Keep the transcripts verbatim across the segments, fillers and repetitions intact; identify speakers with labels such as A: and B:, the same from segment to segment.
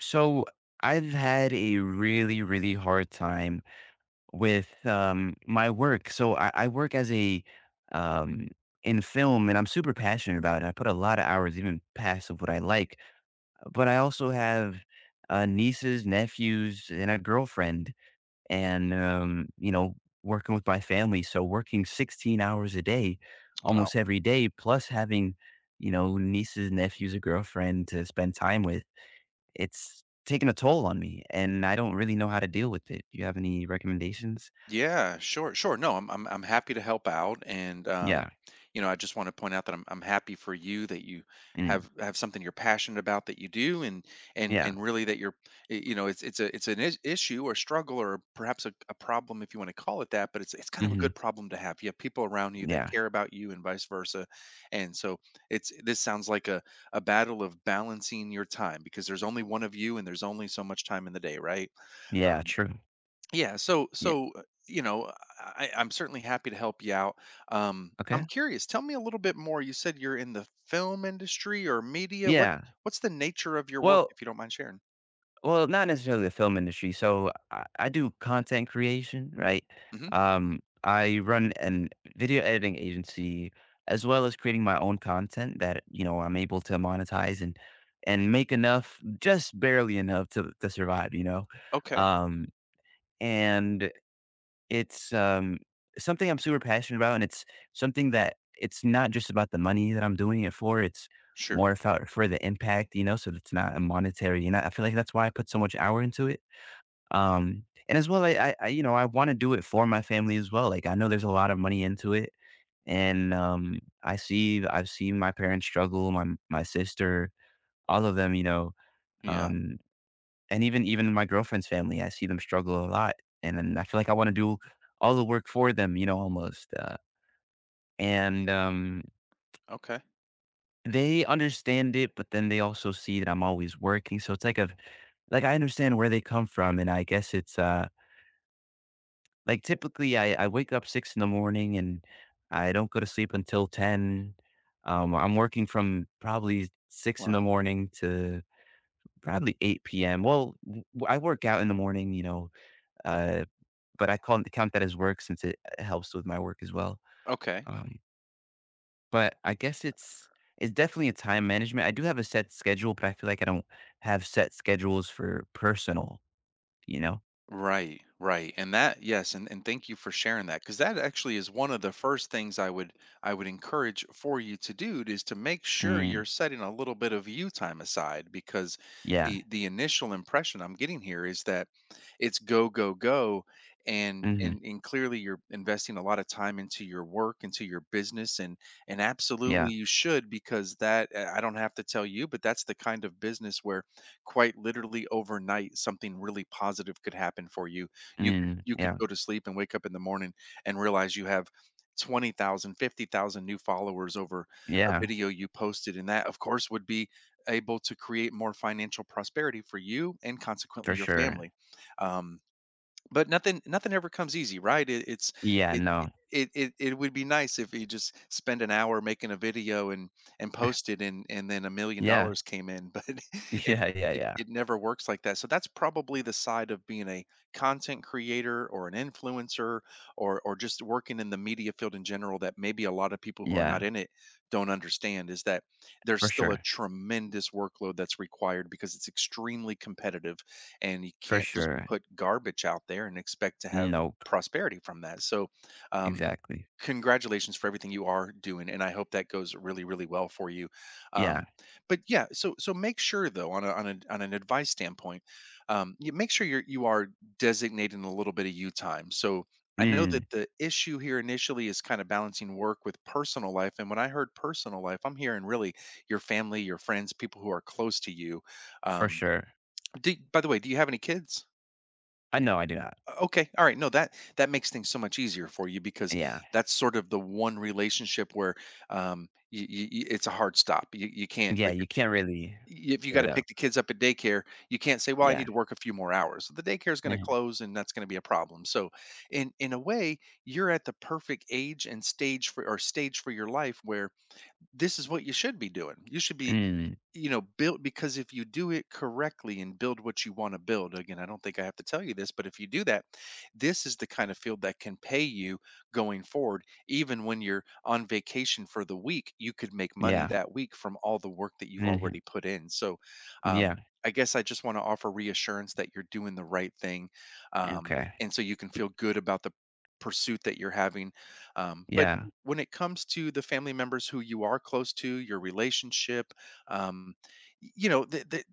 A: So I've had a really, really hard time with um, my work. So I, I work as a um, in film, and I'm super passionate about it. I put a lot of hours, even past of what I like. But I also have uh, nieces, nephews, and a girlfriend, and um, you know, working with my family. So working sixteen hours a day,
B: Wow.
A: almost every day, plus having you know nieces, nephews, a girlfriend to spend time with it's taken a toll on me, and I don't really know how to deal with it. Do you have any recommendations?
B: Yeah, sure, sure. No, I'm I'm I'm happy to help out and um
A: Yeah.
B: you know, I just want to point out that I'm I'm happy for you that you
A: Mm.
B: have have something you're passionate about that you do and and
A: Yeah.
B: and really that you're y- you know, it's it's a it's an is- issue or struggle or perhaps a, a problem if you want to call it that, but it's it's kind of a
A: Mhm.
B: good problem to have. You have people around you that
A: Yeah.
B: care about you and vice versa. And so it's this sounds like a a battle of balancing your time because there's only one of you and there's only so much time in the day, right?
A: Yeah,
B: Um,
A: true.
B: Yeah, so
A: Yeah.
B: so uh, you know, uh, I, I'm certainly happy to help you out. Um, I'm
A: Okay.
B: curious. Tell me a little bit more. You said you're in the film industry or media. What
A: Yeah.
B: what's the nature of your work,
A: Well
B: if you don't mind sharing?
A: well, not necessarily the film industry. So I, I do content creation, right?
B: Hmm.
A: Um, I run an video editing agency as well as creating my own content that, you know, I'm able to monetize and and make enough, just barely enough to to survive, you know.
B: Okay,
A: Um and It's, um, something I'm super passionate about, and it's something that it's not just about the money that I'm doing it for, it's
B: sure.
A: more about for the impact, you know, so it's not a monetary, you know, I feel like that's why I put so much hour into it. Um, and as well, I I I, you know, I wanna do it for my family as well, like, I know there's a lot of money into it, and, um, I see I've seen my parents struggle, my my sister, all of them, you know,
B: Yeah.
A: um and even even my girlfriend's family, I see them struggle a lot, and then I feel like I wanna do all the work for them, you know, almost, uh, and, um,
B: Okay.
A: they understand it, but then they also see that I'm always working, so it's like a like, I understand where they come from, and I guess it's, uh like, typically, I I wake up six in the morning, and I don't go to sleep until ten. Um, I'm working from probably six in the
B: Wow.
A: morning to probably eight p m. Well, w I work out in the morning, you know, uh but I can't count that as work since it uh, helps with my work as well.
B: Okay.
A: Um, but I guess it's it's definitely a time management. I do have a set schedule, but I feel like I don't have set schedules for personal, you know?
B: Right, right. And that yes, and, and thank you for sharing that, because that actually is one of the first things I would I would encourage for you to do is to make sure
A: Mm,
B: you're setting a little bit of you time aside, because
A: yeah.
B: the the initial impression I'm getting here is that it's go go go and
A: Hmm.
B: and and clearly you're investing a lot of time into your work, into your business, and and
A: Yeah.
B: absolutely you should, because that I don't have to tell you, but that's the kind of business where quite literally overnight, something really positive could happen for you. You could
A: Mm,
B: you could
A: yeah.
B: go to sleep and wake up in the morning and realize you have twenty thousand, fifty thousand new followers over a
A: Yeah.
B: video you posted. And that, of course, would be able to create more financial prosperity for you and
A: For
B: consequently your
A: sure.
B: family. Um, but nothing nothing ever comes easy, right? it, it's
A: Yeah.
B: it
A: No.
B: it, it it would be nice if you just spend an hour making a video and and post it and and then a million
A: Yeah.
B: dollars came in but it
A: Yeah. Yeah.
B: it
A: Yeah.
B: it never works like that, so that's probably the side of being a content creator or an influencer or or just working in the media field in general that maybe a lot of people who are not
A: Yeah.
B: in it don't understand is that there's
A: For
B: still a
A: sure.
B: tremendous workload that's required because it's extremely competitive, and you
A: For
B: can't just
A: sure.
B: put garbage out there and expect to have
A: Nope.
B: prosperity from that. So, um,
A: Exactly.
B: congratulations for everything you are doing, and I hope that goes really, really well for you.
A: Yeah.
B: Um, but yeah, so so make sure, though, on a, on, a, on an advice standpoint, um, you make sure you're you are designating a little bit of you time. So I know that
A: Mm,
B: the issue here initially is kind of balancing work with personal life. And when I heard personal life, I'm hearing really your family, your friends, people who are close to you.
A: for
B: Um,
A: sure.
B: do, by the way, do you have any kids?
A: I know I do not.
B: Okay. All right. No, that that makes things so much easier for you, because
A: Yeah.
B: that's sort of the one relationship where, um you, you, it's a hard stop. You, you can't,
A: Yeah.
B: like,
A: You
B: if,
A: can't really
B: if you
A: give
B: got
A: it
B: to
A: up.
B: pick the kids up at daycare, you can't say, "Well, I
A: Yeah.
B: need to work a few more hours." The daycare is going to
A: Mhm,
B: close, and that's going to be a problem. So, in in a way, you're at the perfect age and stage for or stage for your life, where this is what you should be doing. You should be,
A: mm,
B: you know, build, because if you do it correctly and build what you want to build, again, I don't think I have to tell you this, but if you do that, this is the kind of field that can pay you going forward. Even when you're on vacation for the week, you could make money
A: yeah,
B: that week from all the work that you've
A: mhm,
B: already put in. So,
A: yeah,
B: um, I guess I just want to offer reassurance that you're doing the right thing. Um,
A: okay,
B: and so you can feel good about the pursuit that you're having. Um, but
A: yeah,
B: when it comes to the family members who you are close to, your relationship, um, you know, the, the,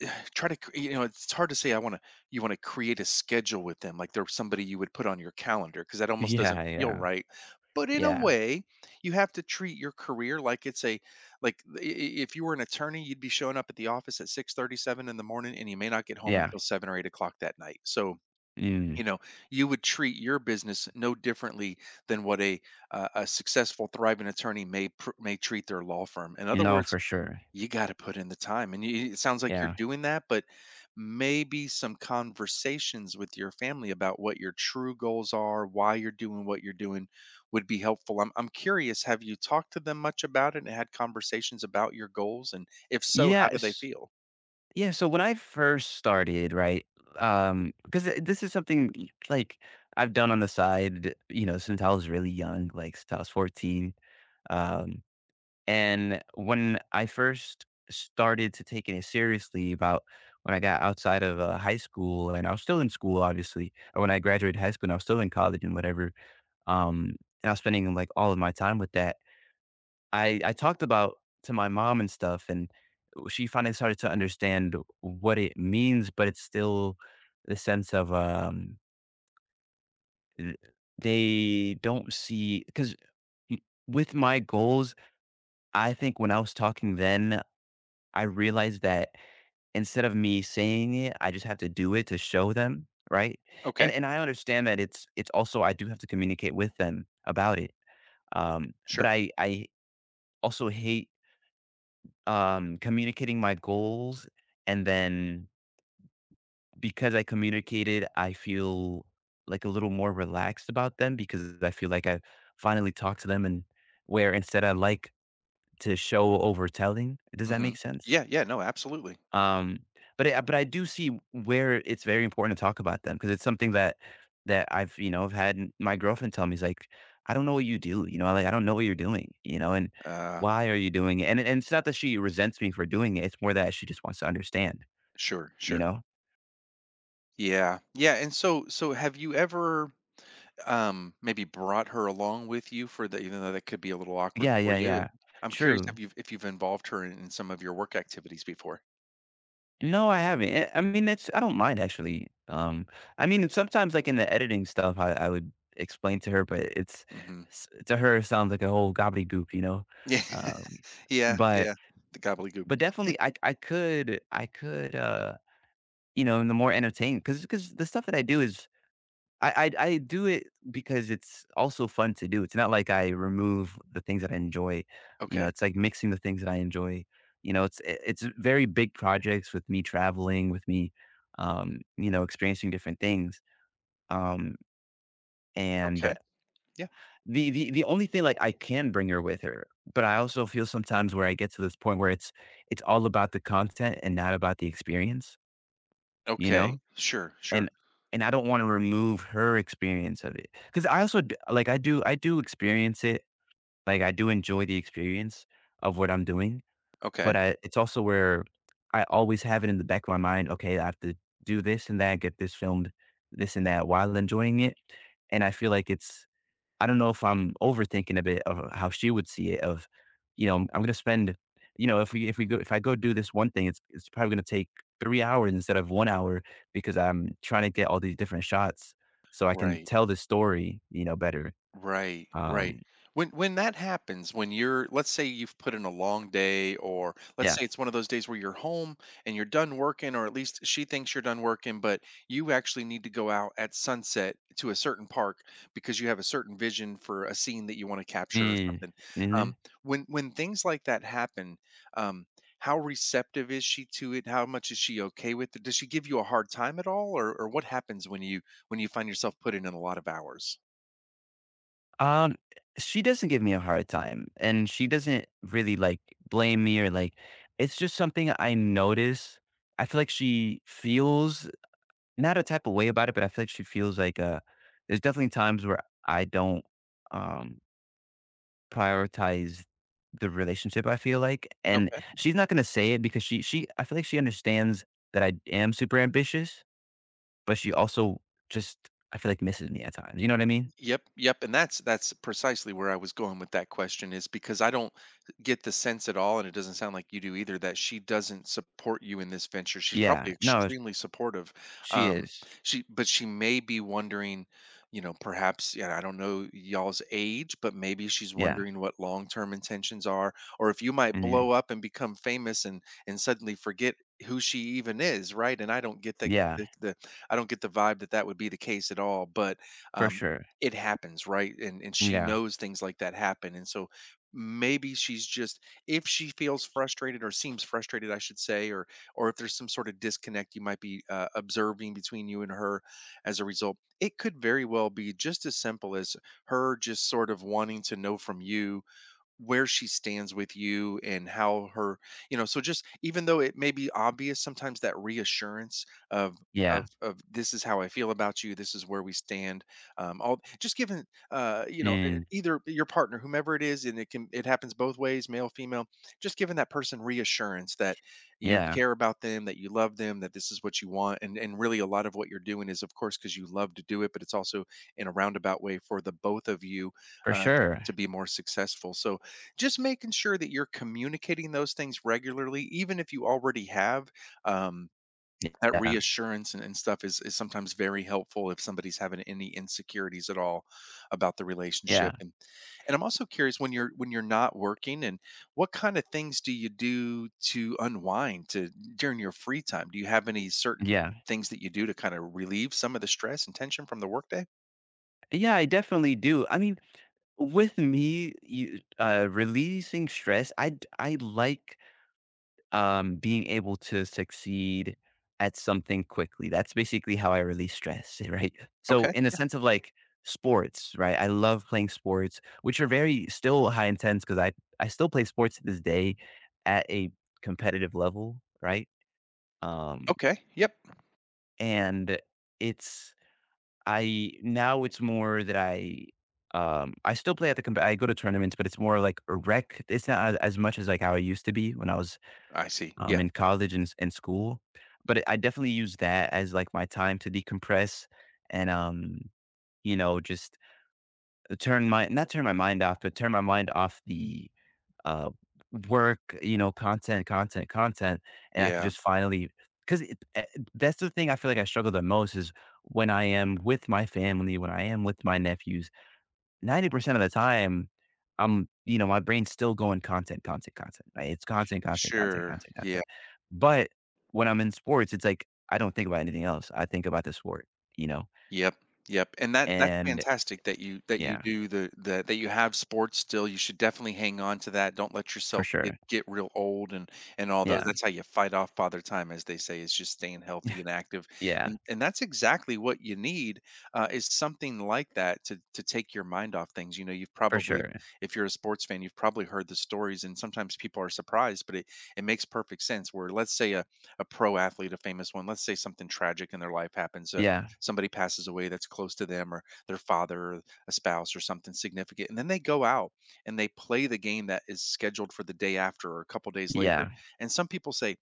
B: the- try to, cre- you know, it's hard to say, I want to, you want to create a schedule with them, like they're somebody you would put on your calendar, because that almost doesn't
A: yeah,
B: feel
A: yeah,
B: right. But in a
A: yeah,
B: way, you have to treat your career like it's a, like i- i- if you were an attorney, you'd be showing up at the office at six thirty-seven in the morning, and you may not get home
A: yeah,
B: until seven or eight o'clock that night. So,
A: mm,
B: you know, you would treat your business no differently than what a uh, a successful, thriving attorney may pr- may treat their law firm. In other
A: no,
B: words,
A: for sure,
B: you gotta put in the time, and you it sounds like you're
A: yeah,
B: doing that, but maybe some conversations with your family about what your true goals are, why you're doing what you're doing would be helpful. I'm I'm curious, have you talked to them much about it and had conversations about your goals? And if so, how do they
A: yes,
B: feel?
A: yeah. So when I first started, right, um, because this is something like I've done on the side, you know, since I was really young, like since I was fourteen. Um, And when I first started to taking it seriously about when I got outside of, uh, high school, and I was still in school, obviously, or when I graduated high school and I was still in college and whatever, um, and I was spending, like, all of my time with that. I I talked about to my mom and stuff, and she finally started to understand what it means, but it's still the sense of, um, th they don't see see because with my goals, I think when I was talking then, I realized that Instead of me saying it, I just have to do it to show them, right? And
B: Okay,
A: and I understand that it's it's also I do have to communicate with them about it. Um, but
B: sure.
A: I I also hate um communicating my goals and then because I communicated, I feel like a little more relaxed about them because I feel like I finally talked to them and where instead I like to show over telling. Does that make
B: Mhm.
A: sense?
B: Yeah, yeah, no, absolutely.
A: Um, but I but I do see where it's very important to talk about them because it's something that that I've, you know, I've had n- my girlfriend tell me, is like, "I don't know what you do," you know, like, "I don't know what you're doing," you know, and,
B: Uh,
A: "Why are you doing it?" And and it's not that she resents me for doing it, it's more that she just wants to understand,
B: sure,
A: you
B: sure.
A: know?
B: Yeah. Yeah, and so so have you ever, Um, maybe brought her along with you for the, even though that could be a little awkward
A: Yeah,
B: for
A: yeah,
B: you.
A: yeah.
B: I'm curious
A: True.
B: if you've if you've involved her in in some of your work activities before.
A: No, I haven't. Eh, I mean, that's I don't mind actually. Um, I mean, sometimes like in the editing stuff, I, I would explain to her, but it's
B: Mhm.
A: s- to her it sounds like a whole gobbledygook, you know.
B: Yeah.
A: Um,
B: Yeah,
A: but
B: yeah. The gobbledygook.
A: but definitely, I I could I could uh you know, and the more entertaining because because the stuff that I do is I I I do it because it's also fun to do. It's not like I remove the things that I enjoy. You know,
B: Okay.
A: it's like mixing the things that I enjoy. You know, it's i- it's very big projects with me traveling, with me, um, you know, experiencing different things. Um, and
B: Okay. Yeah.
A: the the the only thing like I can bring her with her, but I also feel sometimes where I get to this point where it's it's all about the content and not about the experience. You
B: Okay.
A: know,
B: Sure, sure.
A: And and I don't wanna remove her experience of it because I also d like, I do I do experience it, like, I do enjoy the experience of what I'm doing, but
B: Okay.
A: I it's also where I always have it in the back of my mind, "Okay, I have to do this and that, get this filmed, this and that," while enjoying it, and I feel like it's I don't know if I'm overthinking a bit of how she would see it of, you know, I'm gonna spend, you know, if we if we go if I go do this one thing, it's it's probably gonna take three hours instead of one hour because I'm trying to get all these different shots so I can
B: Right.
A: tell the story, you know, better.
B: Right, right.
A: Um,
B: When when that happens, when you're let's say you've put in a long day, or let's
A: yeah.
B: say it's one of those days where you're home and you're done working, or at least she thinks you're done working, but you actually need to go out at sunset to a certain park because you have a certain vision for a scene that you want to capture or
A: Mm,
B: something. Um
A: mhm.
B: when when things like that happen, um how receptive is she to it? How much is she okay with it? Does she give you a hard time at all, or or what happens when you when you find yourself putting in a lot of hours?
A: Um, she doesn't give me a hard time, and she doesn't really, like, blame me or, like it's just something I notice. I feel like she feels Not a type of way about it, but I feel like she feels like, uh there's definitely times where I don't, um, prioritize the relationship, I feel like, and
B: Okay.
A: she's not gonna say it because she she I feel like she understands that I am super ambitious, but she also just, I feel like, misses me at times, you know what I mean?
B: Yep, yep, and that's that's precisely where I was going with that question, is because I don't get the sense at all, and it doesn't sound like you do either, that she doesn't support you in this venture. She's probably
A: Yeah. No,
B: extremely supportive.
A: she
B: Um,
A: is.
B: she, but she may be wondering, you know, perhaps, yeah, I don't know y'all's age, but maybe she's
A: Yeah.
B: wondering what long-term intentions are, or if you might
A: Mhm.
B: blow up and become famous and and suddenly forget who she even is, right? And I don't get the
A: Yeah,
B: the, the I don't get the vibe that that would be the case at all, but,
A: for
B: um,
A: sure.
B: it happens, right? And and she
A: Yeah.
B: knows things like that happen, and so maybe she's, just if she feels frustrated, or seems frustrated, I should say, or or if there's some sort of disconnect you might be, uh, observing between you and her as a result, it could very well be just as simple as her just sort of wanting to know from you where she stands with you and how her, you know, so just, even though it may be obvious sometimes, that reassurance of
A: Yeah.
B: of of this is how I feel about you, this is where we stand, um all just given, uh you know e-
A: Mm.
B: either your partner, whomever it is, and it can it happens both ways, male, female, just giving that person reassurance that you
A: Yeah.
B: care about them, that you love them, that this is what you want, and and really a lot of what you're doing is of course because you love to do it, but it's also in a roundabout way for the both of you,
A: For
B: uh,
A: sure.
B: to be more successful. So, just making sure that you're communicating those things regularly, even if you already have, um, that
A: Yeah.
B: reassurance, and, and stuff, is, is sometimes very helpful if somebody's having any insecurities at all about the relationship.
A: Yeah.
B: And and I'm also curious, when you're when you're not working, and what kind of things do you do to unwind, to during your free time? Do you have any certain
A: Yeah.
B: things that you do to kind of relieve some of the stress and tension from the workday?
A: Yeah, I definitely do. I mean with me, you, uh, releasing stress, I d- I like um, being able to succeed at something quickly. That's basically how I release stress, right? So,
B: Okay.
A: in a
B: Yeah.
A: sense of like sports, right? I love playing sports, which are very still high intense because I I still play sports to this day at a competitive level, right? Um,
B: Okay. Yep.
A: and it's I now it's more that I, um, I still play at the comp I go to tournaments, but it's more like a rec. It's not a as much as, like, how I used to be when I was,
B: I see.
A: um,
B: Yeah.
A: in college and s and school, but I definitely use that as, like, my time to decompress and, um, you know, just turn my not turn my mind off, but turn my mind off the uh, work, you know, content, content, content, and I could
B: Yeah.
A: just finally because eh, that's the thing I feel like I struggle the most is when I am with my family, when I am with my nephews, ninety percent of the time, I'm, you know, my brain's still going content, content, content, right? It's content, content, content,
B: Sure.
A: content,
B: Yeah.
A: content. But when I'm in sports, it's like I don't think about anything else. I think about the sport, you know?
B: Yep, yep, and that that's
A: And
B: fantastic that you that you
A: yeah,
B: do the the that you have sports still. You should definitely hang on to that, don't let
A: for
B: yourself get
A: sure.
B: get real old and and all those,
A: Yeah.
B: that's how you fight off father time, as they say, is just staying healthy and active,
A: Yeah,
B: and and that's exactly what you need, uh, is something like that to to take your mind off things. You know, you've
A: for
B: probably
A: sure.
B: if you're a sports fan, you've probably heard the stories, and sometimes people are surprised, but it it makes perfect sense where, let's say, a a pro athlete, a famous one, let's say something tragic in their life happens,
A: Yeah.
B: somebody passes away that's close to them, or their father, or a spouse, or something significant, and then they go out and they play the game that is scheduled for the day after, or a couple days later,
A: Yeah.
B: and some people say,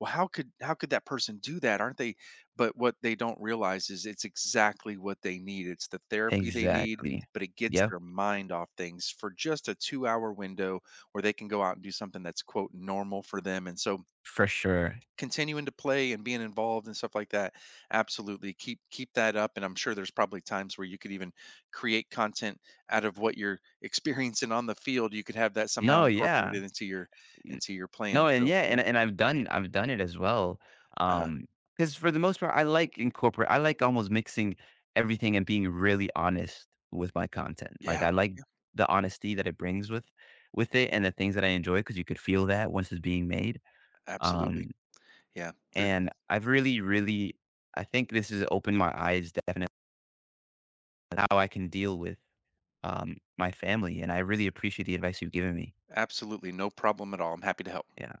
B: well, how could how could that person do that, aren't they? But what they don't realize is it's exactly what they need, it's the therapy they need,
A: Exactly.
B: but it gets
A: Yep,
B: their mind off things for just a two hour window where they can go out and do something that's quote normal for them. And so
A: for sure.
B: continuing to play and being involved and stuff like that, absolutely keep keep that up, and I'm sure there's probably times where you could even create content out of what you're experiencing on the field, you could have that somehow
A: No, yeah.
B: incorporated into your
A: N
B: into your plan.
A: no, and
B: So
A: yeah,
B: yeah,
A: and and I've done I've done it as well.
B: uh,
A: Um. Because for the most part, I like incorporate I like almost mixing everything and being really honest with my content. Like,
B: yeah,
A: I like
B: yeah,
A: the honesty that it brings with with it and the things that I enjoy. Because you could feel that once it's being made.
B: absolutely.
A: Um,
B: Yeah, there's
A: and I've really, really I think this has opened my eyes definitely how I can deal with, um, my family, and I really appreciate the advice you've given me.
B: absolutely no problem at all, I'm happy to help.
A: Yeah.